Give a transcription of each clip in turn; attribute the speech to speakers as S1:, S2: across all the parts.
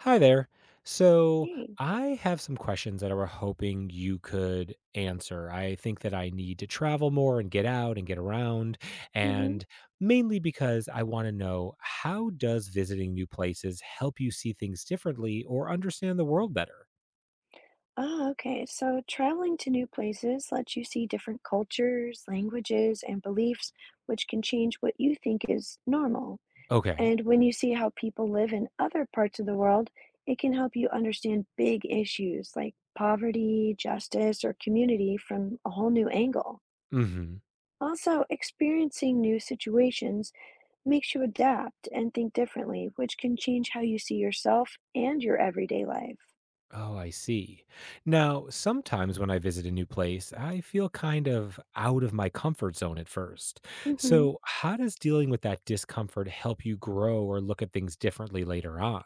S1: Hi there. So,
S2: Yay.
S1: I have some questions that I were hoping you could answer. I think that I need to travel more and get out and get around,
S2: Mhm.
S1: and mainly because I want to know, how does visiting new places help you see things differently or understand the world better?
S2: Ah, okay. So traveling to new places lets you see different cultures, languages, and beliefs, which can change what you think is normal.
S1: Okay.
S2: And when you see how people live in other parts of the world, it can help you understand big issues like poverty, justice, or community from a whole new angle.
S1: Mhm.
S2: Also, experiencing new situations makes you adapt and think differently, which can change how you see yourself and your everyday life.
S1: Oh, I see. Now, sometimes when I visit a new place, I feel kind of out of my comfort zone at first.
S2: Mhm.
S1: So, how does dealing with that discomfort help you grow or look at things differently later on?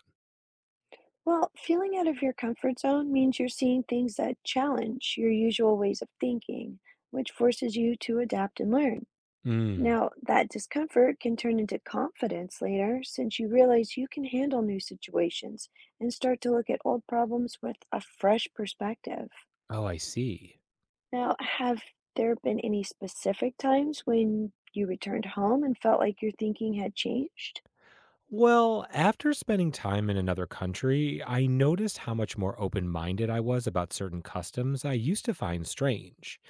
S2: Well, feeling out of your comfort zone means you're seeing things that challenge your usual ways of thinking, which forces you to adapt and learn.
S1: Mm.
S2: Now, that discomfort can turn into confidence later since you realize you can handle new situations and start to look at old problems with a fresh perspective.
S1: Oh, I see.
S2: Now, have there been any specific times when you returned home and felt like your thinking had changed?
S1: Well, after spending time in another country, I noticed how much more open minded I was about certain customs I used to find strange.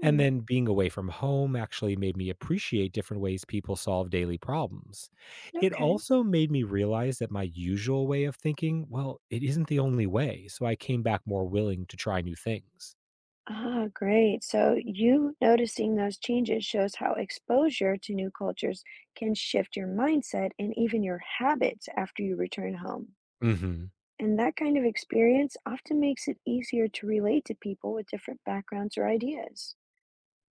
S1: And then being away from home actually made me appreciate different ways people solve daily problems. It
S2: okay.
S1: also made me realize that my usual way of thinking, well, it isn't the only way. So I came back more willing to try new things.
S2: Ah, great. So you noticing those changes shows how exposure to new cultures can shift your mindset and even your habits after you return home.
S1: Hmm.
S2: And that kind of experience often makes it easier to relate to people with different backgrounds or ideas.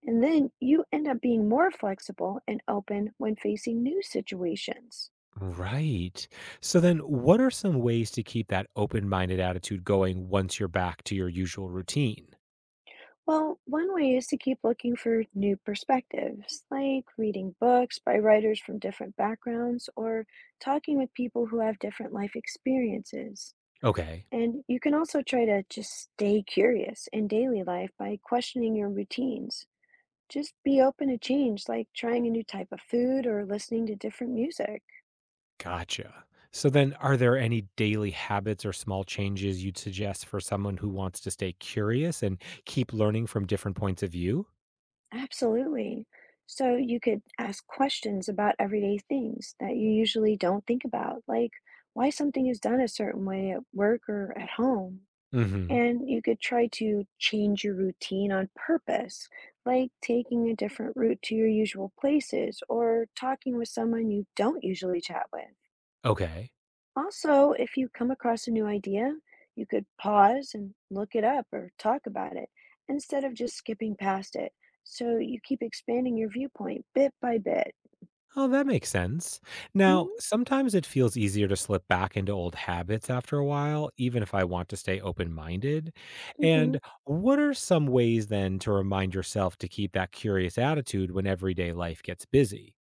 S2: And then you end up being more flexible and open when facing new situations.
S1: Right. So then, what are some ways to keep that open minded attitude going once you're back to your usual routine?
S2: Well, one way is to keep looking for new perspectives, like reading books by writers from different backgrounds or talking with people who have different life experiences.
S1: Okay,
S2: And you can also try to just stay curious in daily life by questioning your routines. Just be open to change, like trying a new type of food or listening to different music.
S1: gotcha. So then, are there any daily habits or small changes you'd suggest for someone who wants to stay curious and keep learning from different points of view?
S2: Absolutely. So you could ask questions about everyday things that you usually don't think about, like why something is done a certain way at work or at home.
S1: Hmm.
S2: And you could try to change your routine on purpose, like taking a different route to your usual places or talking with someone you don't usually chat with.
S1: Okay.
S2: Also, if you come across a new idea, you could pause and look it up or talk about it instead of just skipping past it. So you keep expanding your viewpoint bit by bit.
S1: Oh, that makes sense. Now,
S2: Mm-hmm.
S1: sometimes it feels easier to slip back into old habits after a while, even if I want to stay open minded.
S2: hmm
S1: And what are some ways then to remind yourself to keep that curious attitude when everyday life gets busy?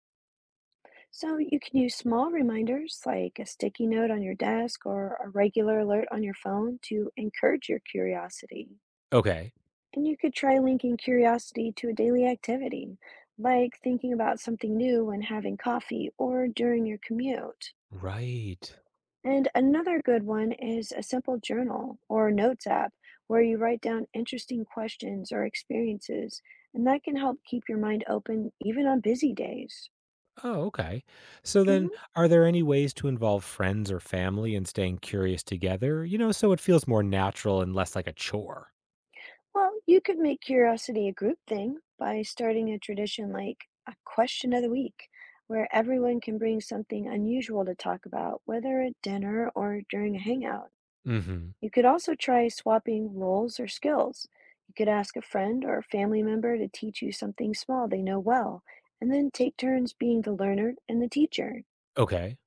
S2: So you can use small reminders like a sticky note on your desk or a regular alert on your phone to encourage your curiosity.
S1: Okay.
S2: And you could try linking curiosity to a daily activity, like thinking about something new when having coffee or during your commute.
S1: Right.
S2: And another good one is a simple journal or notes app where you write down interesting questions or experiences, and that can help keep your mind open even on busy days.
S1: Oh, okay. So then,
S2: hmm
S1: are there any ways to involve friends or family in staying curious together? You know, so it feels more natural and less like a chore.
S2: Well, you could make curiosity a group thing by starting a tradition like a question of the week, where everyone can bring something unusual to talk about, whether at dinner or during a hangout.
S1: Hmm.
S2: You could also try swapping roles or skills. You could ask a friend or a family member to teach you something small they know well, and then take turns being the learner and the teacher.
S1: Okay.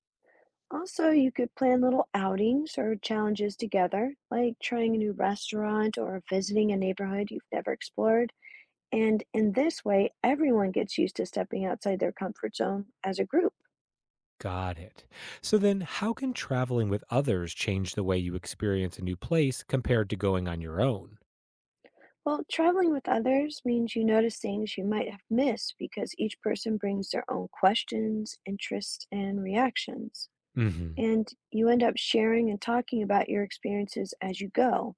S2: Also, you could plan little outings or challenges together, like trying a new restaurant or visiting a neighborhood you've never explored. And in this way, everyone gets used to stepping outside their comfort zone as a group.
S1: Got it. So then, how can traveling with others change the way you experience a new place compared to going on your own?
S2: Well, traveling with others means you notice things you might have missed because each person brings their own questions, interests, and reactions.
S1: Hmm.
S2: And you end up sharing and talking about your experiences as you go,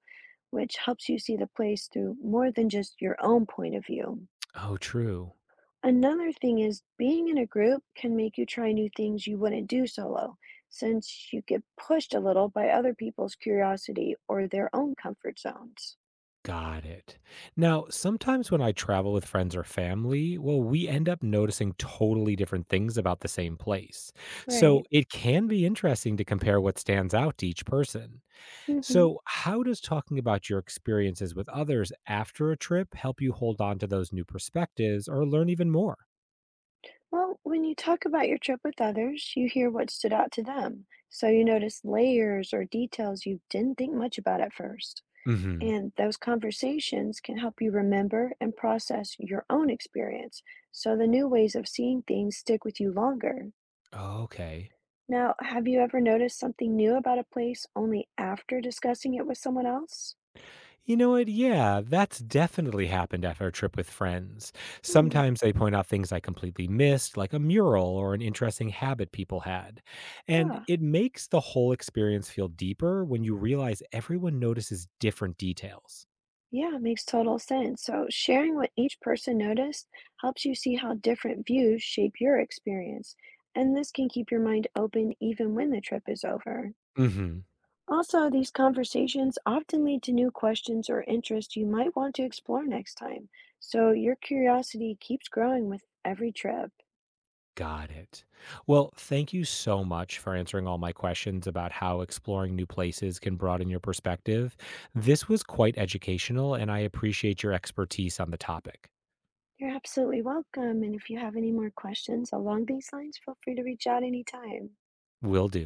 S2: which helps you see the place through more than just your own point of view.
S1: Oh, true.
S2: Another thing is being in a group can make you try new things you wouldn't do solo, since you get pushed a little by other people's curiosity or their own comfort zones.
S1: Got it. Now, sometimes when I travel with friends or family, well, we end up noticing totally different things about the same place.
S2: Right.
S1: So it can be interesting to compare what stands out to each person.
S2: hmm
S1: So, how does talking about your experiences with others after a trip help you hold on to those new perspectives or learn even more?
S2: Well, when you talk about your trip with others, you hear what stood out to them. So you notice layers or details you didn't think much about at first.
S1: Hmm.
S2: And those conversations can help you remember and process your own experience. So the new ways of seeing things stick with you longer.
S1: Okay.
S2: Now, have you ever noticed something new about a place only after discussing it with someone else?
S1: You know what? Yeah, that's definitely happened after a trip with friends.
S2: Hmm,
S1: Sometimes they point out things I completely missed, like a mural or an interesting habit people had. And
S2: yeah.
S1: it makes the whole experience feel deeper when you realize everyone notices different details.
S2: Yeah, it makes total sense. So, sharing what each person noticed helps you see how different views shape your experience, and this can keep your mind open even when the trip is over.
S1: Hmm.
S2: Also, these conversations often lead to new questions or interests you might want to explore next time, so your curiosity keeps growing with every trip.
S1: Got it. Well, thank you so much for answering all my questions about how exploring new places can broaden your perspective. This was quite educational, and I appreciate your expertise on the topic.
S2: You're absolutely welcome, and if you have any more questions along these lines, feel free to reach out anytime.
S1: Will do.